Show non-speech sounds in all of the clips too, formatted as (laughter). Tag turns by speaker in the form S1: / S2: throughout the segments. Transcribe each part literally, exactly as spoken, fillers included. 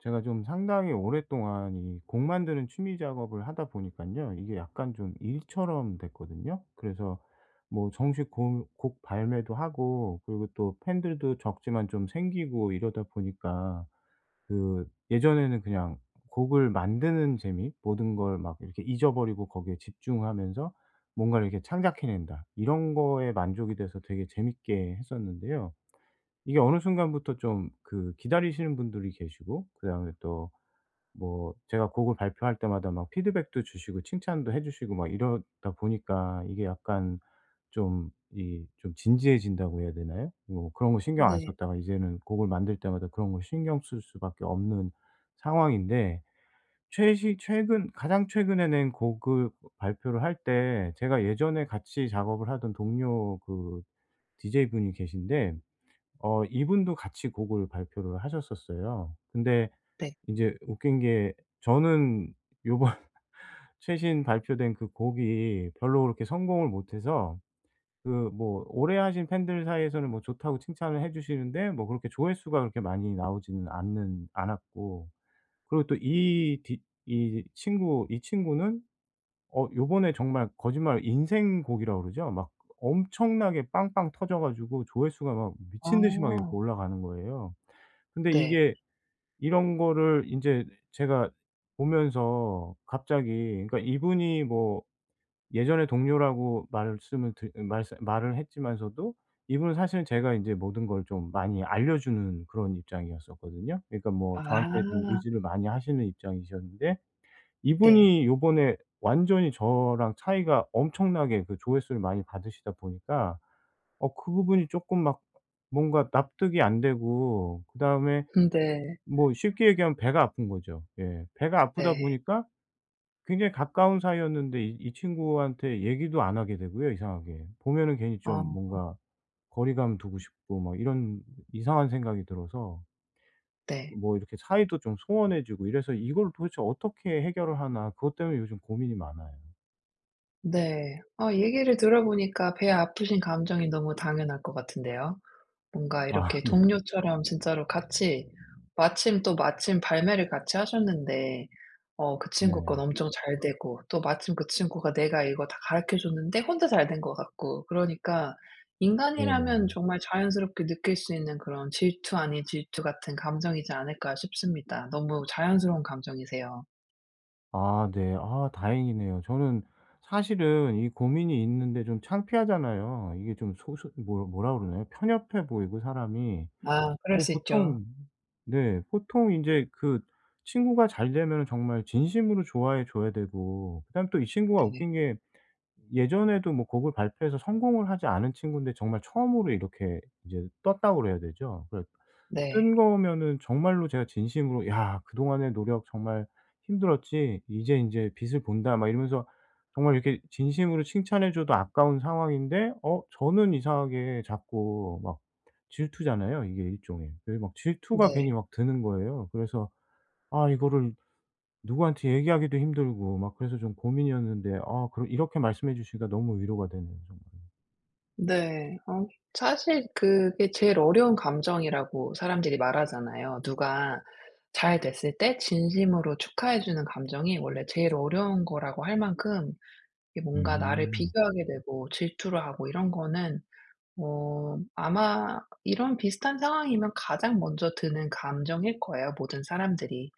S1: 제가 좀 상당히 오랫동안 이 곡 만드는 취미 작업을 하다 보니깐요. 이게 약간 좀 일처럼 됐거든요. 그래서 뭐 정식 곡 곡 발매도 하고, 그리고 또 팬들도 적지만 좀 생기고 이러다 보니까 그 예전에는 그냥 곡을 만드는 재미, 모든 걸 막 이렇게 잊어버리고 거기에 집중하면서 뭔가를 이렇게 창작해낸다, 이런 거에 만족이 돼서 되게 재밌게 했었는데요. 이게 어느 순간부터 좀 그 기다리시는 분들이 계시고, 그다음에 또 뭐 제가 곡을 발표할 때마다 막 피드백도 주시고 칭찬도 해 주시고 막 이러다 보니까, 이게 약간 좀 이 좀 진지해진다고 해야 되나요? 뭐 그런 거 신경 안
S2: 네.
S1: 썼다가 이제는 곡을 만들 때마다 그런 거 신경 쓸 수밖에 없는 상황인데, 최시 최근 가장 최근에 낸 곡을 발표를 할 때 제가 예전에 같이 작업을 하던 동료, 그 디제이분이 계신데, 어 이분도 같이 곡을 발표를 하셨었어요. 근데 이제 웃긴 게 저는 요번 (laughs) 최신 발표된 그 곡이 별로 그렇게 성공을 못 해서, 그 뭐 오래 하신 팬들 사이에서는 뭐 좋다고 칭찬을 해 주시는데, 뭐 그렇게 조회수가 그렇게 많이 나오지는 않는 않았고, 그리고 또 이 이 친구, 이 친구는 어 요번에 정말 거짓말 인생곡이라고 그러죠? 막 엄청나게 빵빵 터져 가지고 조회수가 막 미친 듯이 막 이렇게
S2: 아
S1: 올라가는 거예요. 근데
S2: 네.
S1: 이게 이런 거를 인제 제가 보면서 갑자기, 그러니까 이분이 뭐 예전에 동료라고 말씀을 드 말씀 말을 했지만서도 이분은 사실 제가 인제 모든 걸 좀 많이 알려 주는 그런 입장이었었거든요. 그러니까 뭐 저한테 좀
S2: 아
S1: 의지를 많이 하시는 입장이셨는데,
S2: 네.
S1: 이분이 요번에 완전히 저랑 차이가 엄청나게 그 조회수를 많이 받으시다 보니까 어 그 부분이 쪼끔 막 뭔가 납득이 안 되고, 그다음에
S2: 네.
S1: 뭐 쉽게 얘기하면 배가 아픈 거죠. 예. 배가 아프다
S2: 네.
S1: 보니까 굉장히 가까운 사이였는데 이 이 친구한테 얘기도 안 하게 되고요, 이상하게. 보면은 괜히 좀
S2: 아
S1: 뭔가 거리감 두고 싶고 막 이런 이상한 생각이 들어서
S2: 네.
S1: 뭐 이렇게 사이도 좀 소원해지고, 이래서 이걸 도대체 어떻게 해결을 하나, 그것 때문에 요즘 고민이 많아요.
S2: 네. 아 얘기를 들어보니까 배 아프신 감정이 너무 당연할 것 같은데요. 뭔가
S1: 아
S2: 이렇게
S1: 네.
S2: 동료처럼 진짜로 같이 마침 또 마침 발매를 같이 하셨는데 어 그 친구
S1: 네.
S2: 건 엄청 잘 되고 또 마침 그 친구가 내가 이거 다 가르쳐 줬는데 혼자 잘 된 것 같고 그러니까 인간이라면
S1: 네네.
S2: 정말 자연스럽게 느낄 수 있는 그런 질투 아닌 질투 같은 감정이지 않을까 싶습니다. 너무 자연스러운 감정이세요.
S1: 아 네. 아 다행이네요. 저는 사실은 이 고민이 있는데 좀 창피하잖아요. 이게 좀 소소 뭐 뭐라 그러나요? 편협해 보이고, 사람이.
S2: 아 그럴
S1: 뭐
S2: 수 있죠.
S1: 보통, 네 보통 이제 그 친구가 잘 되면 정말 진심으로 좋아해 줘야 되고, 그다음에 또 이 친구가
S2: 네.
S1: 웃긴 게 예전에도 뭐 곡을 발표해서 성공을 하지 않은 친구인데 정말 처음으로 이렇게 이제 떴다고 그래야 되죠. 그래
S2: 네.
S1: 뜬 거면은 정말로 제가 진심으로 '야, 그동안의 노력 정말 힘들었지. 이제 인제 빛을 본다.' 막 이러면서 정말 이렇게 진심으로 칭찬해 줘도 아까운 상황인데, 어 저는 이상하게 자꾸 막, 질투잖아요 이게 일종의. 그게 막 질투가
S2: 네.
S1: 괜히 막 드는 거예요. 그래서 아 이거를 누구한테 얘기하기도 힘들고 막 그래서 좀 고민이었는데, 아 그러 이렇게 말씀해 주시니까 너무 위로가 되네요, 정말.
S2: 네. 어 사실 그게 제일 어려운 감정이라고 사람들이 말하잖아요. 누가 잘 됐을 때 진심으로 축하해 주는 감정이 원래 제일 어려운 거라고 할 만큼 이게 뭔가 나를
S1: 음.
S2: 비교하게 되고 질투를 하고 이런 거는 어 아마 이런 비슷한 상황이면 가장 먼저 드는 감정일 거예요, 모든 사람들이.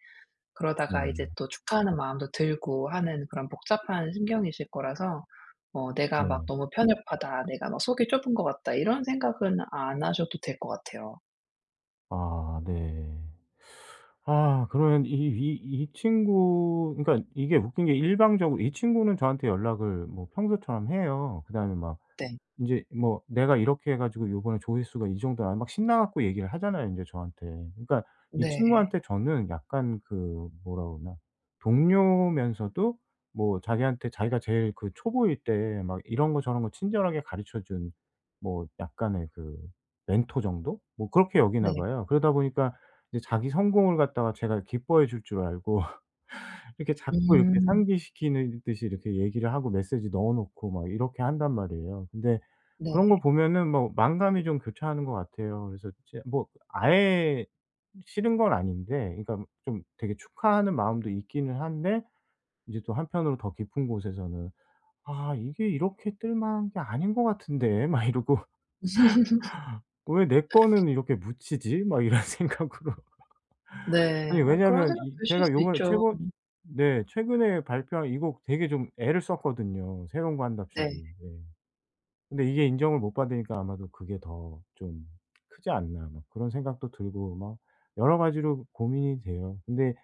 S2: 그러다가
S1: 네.
S2: 이제 또 축하하는 마음도 들고 하는 그런 복잡한 심경이실 거라서 어 '내가
S1: 네.
S2: 막 너무 편협하다. 내가 막 속이 좁은 것 같다.' 이런 생각은 안 하셔도 될 것 같아요.
S1: 아 네. 아 그러면 이 이 이 친구, 그러니까 이게 웃긴 게 일방적으로 이 친구는 저한테 연락을 뭐 평소처럼 해요. 그다음에 막
S2: 네.
S1: 인제 뭐 "내가 이렇게 해 가지고 요번에 조회수가 이 정도야." 막 신나 갖고 얘기를 하잖아요 인제 저한테. 그러니까 이
S2: 네.
S1: 친구한테 저는 약간 그 뭐라 그러나 동료면서도 뭐 자기한테 자기가 제일 그 초보일 때 막 이런 거 저런 거 친절하게 가르쳐 준 뭐 약간의 그 멘토 정도? 뭐 그렇게 여기나
S2: 네.
S1: 봐요. 그러다 보니까 이제 자기 성공을 갖다가 제가 기뻐해 줄 줄 알고 이렇게 자꾸 이렇게
S2: 음.
S1: 상기시키는 듯이 이렇게 얘기를 하고 메시지 넣어 놓고 막 이렇게 한단 말이에요. 근데
S2: 네.
S1: 그런 거 보면은 뭐 만감이 좀 교차하는 것 같아요. 그래서 제 뭐 아예 싫은 건 아닌데, 그러니까 좀 되게 축하하는 마음도 있기는 한데 이제 또 한편으로 더 깊은 곳에서는 '아, 이게 이렇게 뜰 만한 게 아닌 것 같은데.' 막 이러고 (laughs) '왜 내 거는 이렇게 묻히지?' 막 이런 (laughs) 생각으로.
S2: 네.
S1: 아니
S2: 아 그런
S1: 왜냐면
S2: 생각
S1: 이
S2: 드실
S1: 제가
S2: 수
S1: 요번에
S2: 있죠.
S1: 최근 네 최근에 발표한 이 곡 되게 좀 애를 썼거든요, 새로운 거 한답시고.
S2: 네.
S1: 예. 근데 이게 인정을 못 받으니까 아마도 그게 더 좀 '크지 않나.' 막 그런 생각도 들고 막, 여러 가지로 고민이 돼요. 근데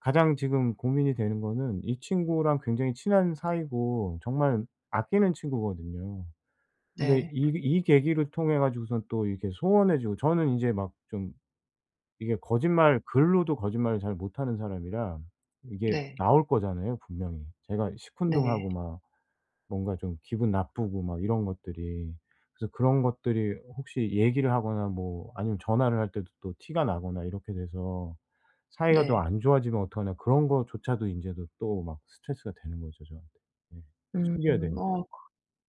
S1: 가장 지금 고민이 되는 거는 이 친구랑 굉장히 친한 사이고 정말 아끼는 친구거든요. 근데
S2: 네.
S1: 이 이 계기를 통해 가지고선 또 이렇게 소원해 주고, 저는 인제 막좀, 이게 거짓말 글로도 거짓말을 잘 못하는 사람이라 이게
S2: 네.
S1: 나올 거잖아요 분명히. 제가
S2: 네.
S1: 시큰둥하고 막 뭔가 좀 기분 나쁘고 막 이런 것들이. 그래서 그런 것들이 혹시 얘기를 하거나 뭐 아니면 전화를 할 때도 또 티가 나거나 이렇게 돼서 사이가 또
S2: 네.
S1: 안 좋아지면 어떡하나, 그런 거조차도 인제도 또 막 스트레스가 되는 거죠, 저한테. 네.
S2: 음.
S1: 숨겨야 되니까.
S2: 어.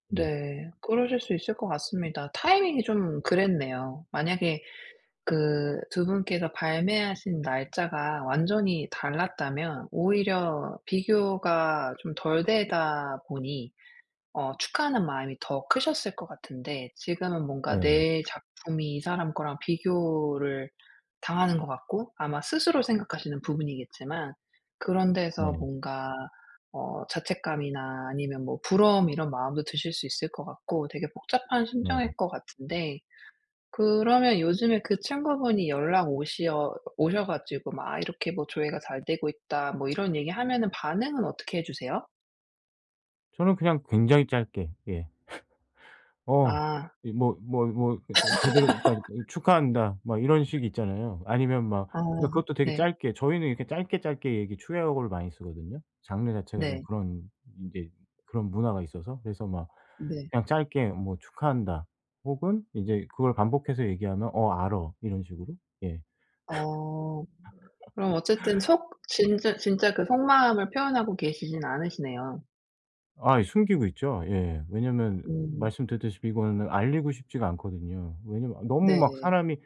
S1: 네.
S2: 네. 그러실 수 있을 것 같습니다. 타이밍이 좀 그랬네요. 만약에 그 두 분께서 발매하신 날짜가 완전히 달랐다면 오히려 비교가 좀 덜 되다 보니 어 축하하는 마음이 더 크셨을 것 같은데 지금은 뭔가
S1: 네.
S2: 내 작품이 이 사람 거랑 비교를 당하는 것 같고 아마 스스로 생각하시는 부분이겠지만 그런
S1: 네.
S2: 데서 뭔가 어 자책감이나 아니면 뭐 부러움 이런 마음도 드실 수 있을 것 같고 되게 복잡한
S1: 네.
S2: 심정일 것 같은데 그러면 요즘에 그 친구분이 연락 오시어 오셔 가지고 막 "아 이렇게 뭐 조회가 잘 되고 있다." 뭐 이런 얘기하면은 반응은 어떻게 해 주세요?
S1: 저는 그냥 굉장히 짧게. 예. 어.
S2: 아.
S1: 이 뭐 뭐 뭐 그 제 제대로, 그러니까 그 "축하한다." 막 이런 식 있잖아요. 아니면 막
S2: 아.
S1: 그러니까 그것도 되게
S2: 네.
S1: 짧게, 저희는 이렇게 짧게 짧게 얘기 축약어를 많이 쓰거든요. 장르 자체가 좀
S2: 네.
S1: 그런 이제 그런 문화가 있어서. 그래서 막
S2: 네.
S1: 그냥 짧게 뭐 "축하한다." 혹은 이제 그걸 반복해서 얘기하면 "어 알어." 이런 식으로. 예.
S2: 어. 그럼 어쨌든 속 진짜 진짜 그 속마음을 표현하고 계시진 않으시네요.
S1: 아 숨기고 있죠. 예. 왜냐면
S2: 음.
S1: 말씀드렸듯이 이거는 알리고 싶지가 않거든요. 왜냐면 너무 막
S2: 네.
S1: 사람이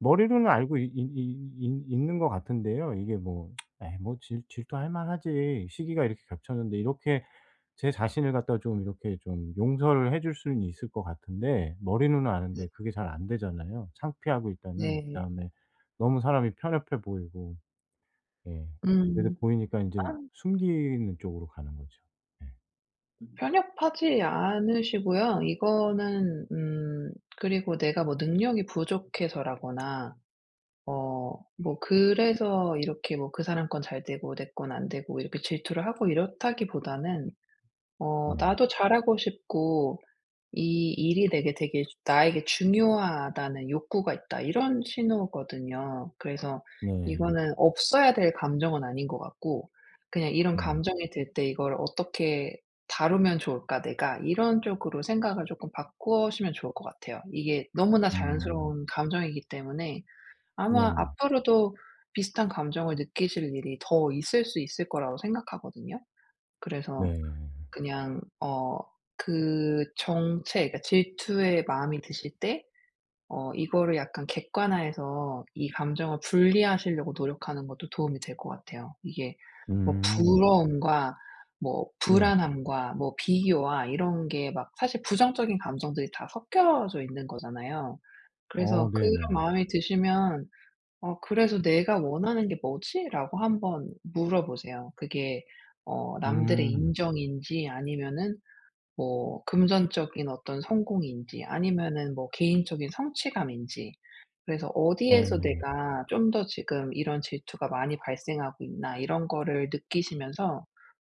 S1: 머리로는 알고 있 있는 것 같은데요. 이게 뭐 '에이 뭐 질 질투할 만하지. 시기가 이렇게 겹쳤는데.' 이렇게 제 자신을 갖다 좀 이렇게 좀 용서를 해줄 수는 있을 것 같은데, 머리로는
S2: 네.
S1: 아는데 그게 잘 안 되잖아요. 창피하고 일단은,
S2: 네.
S1: 그다음에 너무 사람이 편협해 보이고. 예. 그래도
S2: 음.
S1: 보이니까 이제
S2: 아.
S1: 숨기는 쪽으로 가는 거죠. 예.
S2: 편협하지 않으시고요. 이거는 음. 그리고 내가 뭐 능력이 부족해서라거나 어 뭐 그래서 이렇게 뭐 그 사람 건 잘 되고 내 건 안 되고 이렇게 질투를 하고 이렇다기보다는 어
S1: 네.
S2: 나도 잘하고 싶고 '이 일이 내게 되게 나에게 중요하다는 욕구가 있다.' 이런 신호거든요. 그래서
S1: 네.
S2: 이거는 없어야 될 감정은 아닌 것 같고 그냥 '이런
S1: 네.
S2: 감정이 들 때 이걸 어떻게 다루면 좋을까 내가.' 이런 쪽으로 생각을 조금 바꾸시면 좋을 것 같아요. 이게 너무나
S1: 음.
S2: 자연스러운 감정이기 때문에 아마
S1: 네네.
S2: 앞으로도 비슷한 감정을 느끼실 일이 더 있을 수 있을 거라고 생각하거든요. 그래서
S1: 네.
S2: 그냥 어 그 정체 그러니까 질투의 마음이 드실 때 어 이거를 약간 객관화해서 이 감정을 분리하시려고 노력하는 것도 도움이 될 것 같아요. 이게 뭐
S1: 음.
S2: 부러움과 뭐
S1: 네.
S2: 불안함과 뭐 비교와 이런 게 막 사실 부정적인 감정들이 다 섞여져 있는 거잖아요.
S1: 어
S2: 그래서 그런
S1: 네네.
S2: 마음이 드시면 어 그래서 '내가 원하는 게 뭐지?'라고 한번 물어보세요. 그게 어 남들의
S1: 음.
S2: 인정인지 아니면은 뭐 금전적인 어떤 성공인지 아니면은 뭐 개인적인 성취감인지 그래서 어디에서
S1: 네.
S2: 내가 좀 더 지금 이런 질투가 많이 발생하고 있나 이런 거를 느끼시면서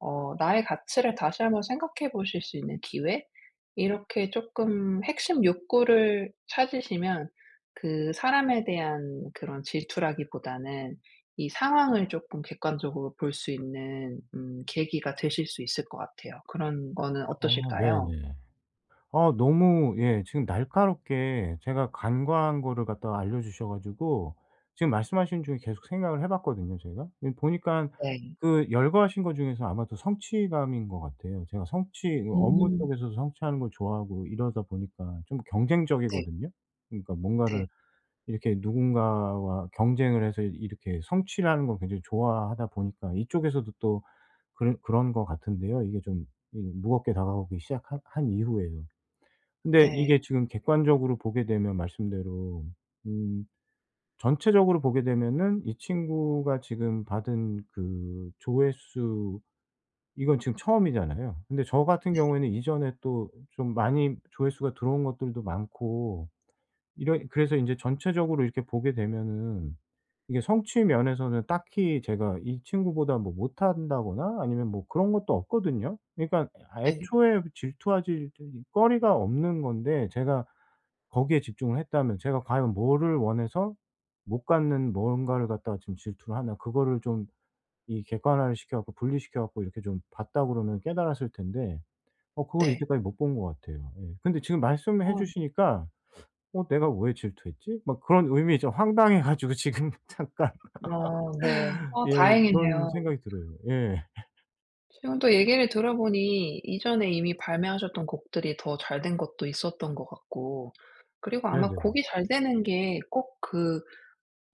S2: 어 나의 가치를 다시 한번 생각해 보실 수 있는 기회 이렇게 쪼끔 핵심 욕구를 찾으시면 그 사람에 대한 그런 질투라기보다는 이 상황을 조금 객관적으로 볼 수 있는 음 계기가 되실 수 있을 것 같아요. 그런 거는
S1: 아
S2: 어떠실까요?
S1: 네네. 아 너무 예 지금 날카롭게 제가 간과한 거를 갖다가 알려 주셔 가지고, 지금 말씀하시는 중에 계속 생각을 해 봤거든요 제가. 예 보니깐
S2: 네.
S1: 그 열거하신 것 중에서 아마도 성취감인 것 같아요. 제가 성취 업무
S2: 음.
S1: 쪽에서도 성취하는 걸 좋아하고 이러다 보니까 좀
S2: 네.
S1: 경쟁적이거든요. 그러니까 뭔가를
S2: 네.
S1: 이렇게 누군가와 경쟁을 해서 이렇게 성취를 하는 건 굉장히 좋아하다 보니까, 이쪽에서도 또 그런 그런 것 같은데요. 이게 좀 이 무겁게 다가오기 시작한 한 이후에요. 근데
S2: 네.
S1: 이게 지금 객관적으로 보게 되면 말씀대로 음 전체적으로 보게 되면은 이 친구가 지금 받은 그 조회수, 이건 지금 처음이잖아요. 근데 저 같은
S2: 네.
S1: 경우에는 이전에 또 좀 많이 조회수가 들어온 것들도 많고 이런, 그래서 인제 전체적으로 이렇게 보게 되면은 이게 성취 면에서는 딱히 제가 이 친구보다 뭐 못한다거나 아니면 뭐 그런 것도 없거든요. 그러니까
S2: 네.
S1: 애초에 질투하지 이 거리가 없는 건데, 제가 거기에 집중을 했다면 제가 과연 뭐를 원해서 못 갖는 뭔가를 갖다가 지금 질투를 하나 그거를 좀 이 객관화를 시켜 갖고 분리시켜 갖고 이렇게 좀 봤다 그러면 깨달았을 텐데, 어 그걸
S2: 네.
S1: 이때까지 못 본 것 같아요. 예. 근데 지금 말씀해
S2: 어.
S1: 주시니까 '어 내가 왜 질투했지?' 막 그런 의미 좀 황당해 가지고 (laughs) 지금 잠깐
S2: 어 네. 어
S1: 예 그런
S2: 다행이네요.
S1: 생각이 들어요. 예.
S2: 지금 또 얘기를 들어보니 이전에 이미 발매하셨던 곡들이 더 잘 된 것도 있었던 것 같고 그리고 아마
S1: 네네.
S2: 곡이 잘 되는 게꼭그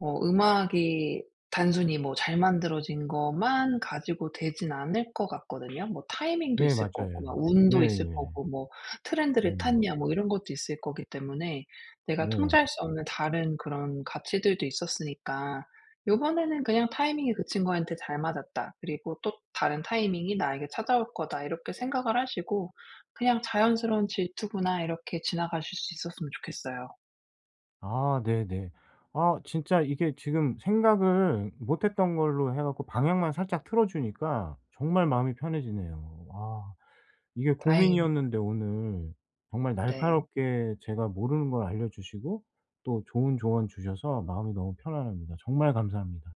S2: 어 음악이 단순히 뭐 잘 만들어진 것만 가지고 되진 않을 것 같거든요. 뭐 타이밍도
S1: 네
S2: 있을 거고
S1: 맞아요.
S2: 막 운도 있을
S1: 예예.
S2: 거고 뭐 트렌드를
S1: 네네.
S2: 탔냐 뭐 이런 것도 있을 거기 때문에 내가
S1: 네.
S2: 통제할 수 없는 다른 그런 가치들도 있었으니까 요번에는 그냥 '타이밍이 그 친구한테 잘 맞았다. 그리고 또 다른 타이밍이 나에게 찾아올 거다.' 이렇게 생각을 하시고 그냥 '자연스러운 질투구나.' 이렇게 지나가실 수 있었으면 좋겠어요.
S1: 아 네네. 아 진짜 이게 지금 생각을 못 했던 걸로 해 갖고 방향만 살짝 틀어 주니까 정말 마음이 편해지네요. 아 이게
S2: 다행입니다.
S1: 고민이었는데 오늘 정말
S2: 네.
S1: 날카롭게 제가 모르는 걸 알려 주시고 또 좋은 조언 주셔서 마음이 너무 편안합니다. 정말 감사합니다.